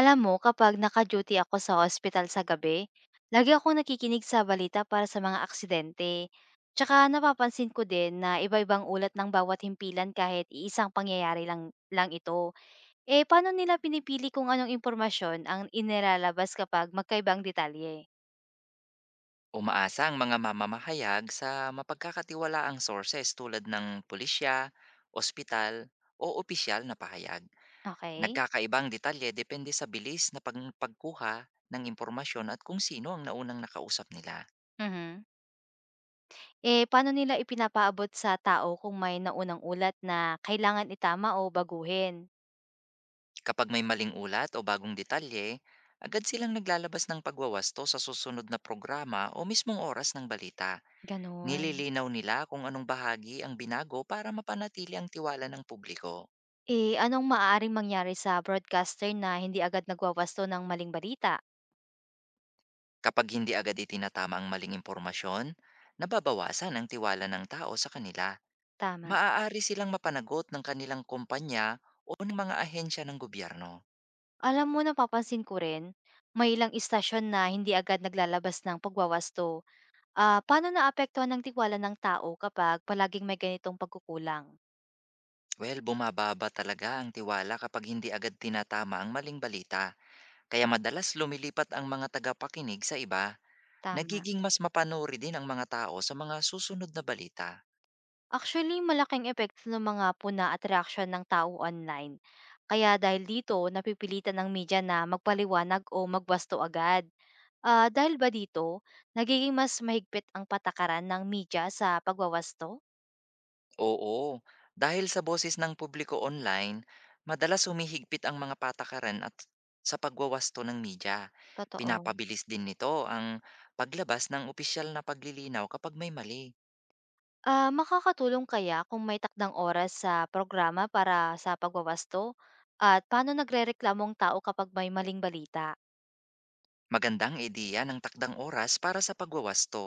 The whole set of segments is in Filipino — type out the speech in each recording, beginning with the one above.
Alam mo, kapag naka-duty ako sa ospital sa gabi, lagi akong nakikinig sa balita para sa mga aksidente. Tsaka napapansin ko din na iba-ibang ulat ng bawat himpilan kahit iisang pangyayari lang ito. Eh, paano nila pinipili kung anong impormasyon ang inilalabas kapag magkaibang detalye? Umaasa ang mga mamamahayag sa mapagkakatiwalaang sources tulad ng pulisya, ospital, o opisyal na pahayag. Okay? Nagkakaibang detalye depende sa bilis na pagkuha ng impormasyon at kung sino ang naunang nakausap nila. Mhm. Eh, paano nila ipinapaabot sa tao kung may naunang ulat na kailangan itama o baguhin? Kapag may maling ulat o bagong detalye, agad silang naglalabas ng pagwawasto sa susunod na programa o mismong oras ng balita. Ganon. Nililinaw nila kung anong bahagi ang binago para mapanatili ang tiwala ng publiko. Eh, anong maaaring mangyari sa broadcaster na hindi agad nagwawasto ng maling balita? Kapag hindi agad itinatama ang maling impormasyon, nababawasan ang tiwala ng tao sa kanila. Tama. Maaari silang mapanagot ng kanilang kumpanya o ng mga ahensya ng gobyerno. Alam mo, napapansin ko rin, may ilang istasyon na hindi agad naglalabas ng pagwawasto. Ah, paano naapektuhan ng tiwala ng tao kapag palaging may ganitong pagkukulang? Well, bumababa talaga ang tiwala kapag hindi agad tinatama ang maling balita. Kaya madalas lumilipat ang mga tagapakinig sa iba. Tama. Nagiging mas mapanuri din ang mga tao sa mga susunod na balita. Actually, malaking epekto ng mga puna at reaksyon ng tao online. Kaya dahil dito, napipilitan ng media na magpaliwanag o magwasto agad. Ah, dahil ba dito, nagiging mas mahigpit ang patakaran ng media sa pagwawasto? Oo, dahil sa boses ng publiko online, madalas humihigpit ang mga patakaran at sa pagwawasto ng media. Totoo. Pinapabilis din nito ang paglabas ng opisyal na paglilinaw kapag may mali. Ah, makakatulong kaya kung may takdang oras sa programa para sa pagwawasto? At paano nagrereklamong tao kapag may maling balita? Magandang ideya ng takdang oras para sa pagwawasto.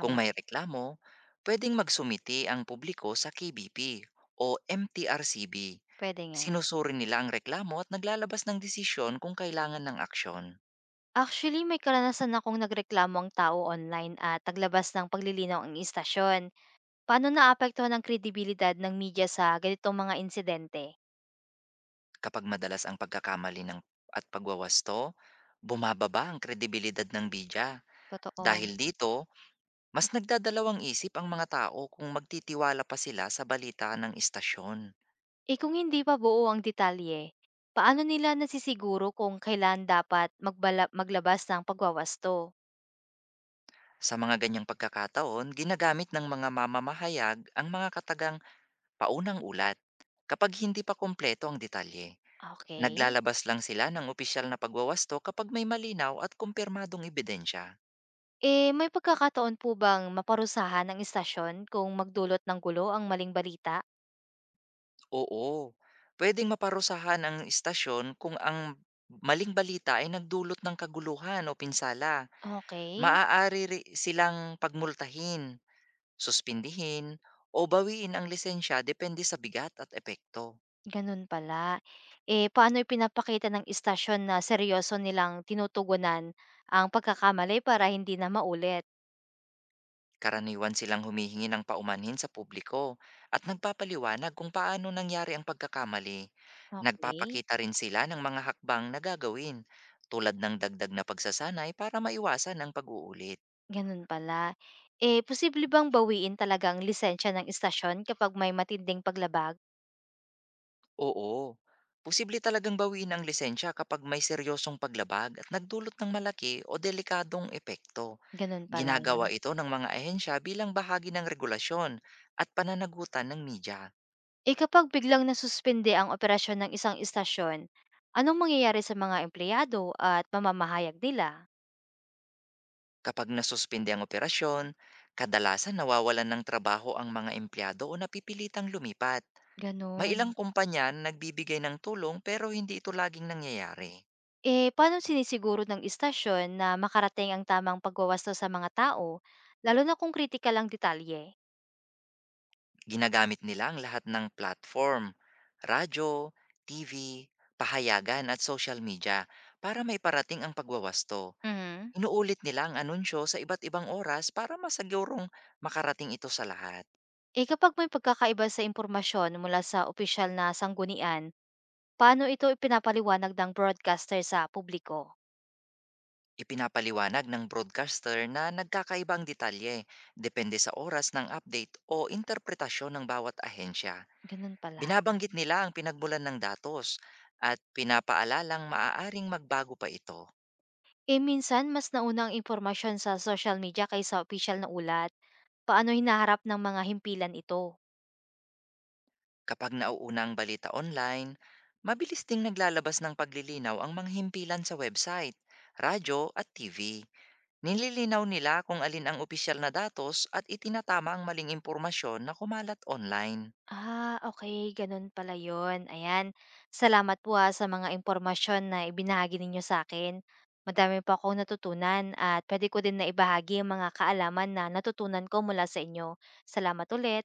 Kung may reklamo, pwedeng magsumiti ang publiko sa KBP o MTRCB. Pwede nga. Sinusuri nila ang reklamo at naglalabas ng desisyon kung kailangan ng aksyon. Actually, may karanasan akong nagreklamo ang tao online at taglabas ng paglilinaw ang istasyon. Paano naapektuhan ang kredibilidad ng media sa ganitong mga insidente? Kapag madalas ang pagkakamali ng at pagwawasto, bumababa ang kredibilidad ng bidya. Totoo. Dahil dito, mas nagdadalawang isip ang mga tao kung magtitiwala pa sila sa balita ng istasyon. Eh, kung hindi pa buo ang detalye, paano nila nasisiguro kung kailan dapat magbala maglabas ng pagwawasto? Sa mga ganyang pagkakataon, ginagamit ng mga mamamahayag ang mga katagang paunang ulat. Kapag hindi pa kumpleto ang detalye, Okay. naglalabas lang sila ng opisyal na pagwawasto kapag may malinaw at kumpirmadong ebidensya. Eh, may pagkakataon po bang maparusahan ang istasyon kung magdulot ng gulo ang maling balita? Oo, pwedeng maparusahan ang istasyon kung ang maling balita ay nagdulot ng kaguluhan o pinsala. Okay. Maaari ri silang pagmultahin, suspindihin, o bawiin ang lisensya depende sa bigat at epekto. Ganun pala. Eh, paano ipinapakita ng istasyon na seryoso nilang tinutugunan ang pagkakamali para hindi na maulit? Karaniwan silang humihingi ng paumanhin sa publiko at nagpapaliwanag kung paano nangyari ang pagkakamali. Okay. Nagpapakita rin sila ng mga hakbang na gagawin, tulad ng dagdag na pagsasanay para maiwasan ang pag-uulit. Gano'n pala. Eh, posible bang bawiin talaga ang lisensiya ng istasyon kapag may matinding paglabag? Oo, posible talagang bawiin ang lisensya kapag may seryosong paglabag at nagdulot ng malaki o delikadong epekto. Gano'n pala. Ginagawa ito ng mga ahensya bilang bahagi ng regulasyon at pananagutan ng media. Eh, kapag biglang nasuspende ang operasyon ng isang istasyon, anong mangyayari sa mga empleyado at mamamahayag nila? Kapag nasuspindi ang operasyon, kadalasan nawawalan ng trabaho ang mga empleyado o napipilitang lumipat. May Gano'n. ilang kumpanya na nagbibigay ng tulong pero hindi ito laging nangyayari. Eh, paano sinisiguro ng istasyon na makarating ang tamang pagwawasto sa mga tao, lalo na kung kritikal ang detalye? Ginagamit nila ang lahat ng platform, radyo, TV, pahayagan at social media para may parating ang pagwawasto. Mhm. Inuulit nila ang anunsyo sa iba't ibang oras para masagyurong makarating ito sa lahat. Eh, kapag may pagkakaiba sa impormasyon mula sa opisyal na sanggunian, paano ito ipinapaliwanag ng broadcaster sa publiko? Ipinapaliwanag ng broadcaster na nagkakaibang detalye depende sa oras ng update o interpretasyon ng bawat ahensya. Ganun pala. Binabanggit nila ang pinagmulan ng datos at pinapaalalang maaaring magbago pa ito. Eh, minsan mas nauna ang impormasyon sa social media kaysa opisyal na ulat. Paano hinaharap ng mga himpilan ito? Kapag nauuna ang balita online, mabilis ding naglalabas ng paglilinaw ang mga himpilan sa website, radyo at TV. Nililinaw nila kung alin ang opisyal na datos at itinatama ang maling impormasyon na kumalat online. Ah, okay. Ganun pala yon. Ayan, salamat po ha sa mga impormasyon na ibinahagi ninyo sa akin. Madami pa akong natutunan at pwede ko din na ibahagi ang mga kaalaman na natutunan ko mula sa inyo. Salamat ulit.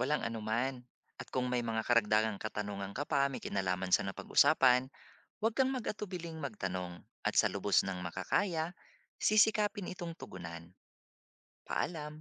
Walang anuman. At kung may mga karagdagang katanungan ka pa may kinalaman sa napag-usapan, huwag kang mag-atubiling magtanong. At sa lubos ng makakaya, sisikapin itong tugunan. Paalam!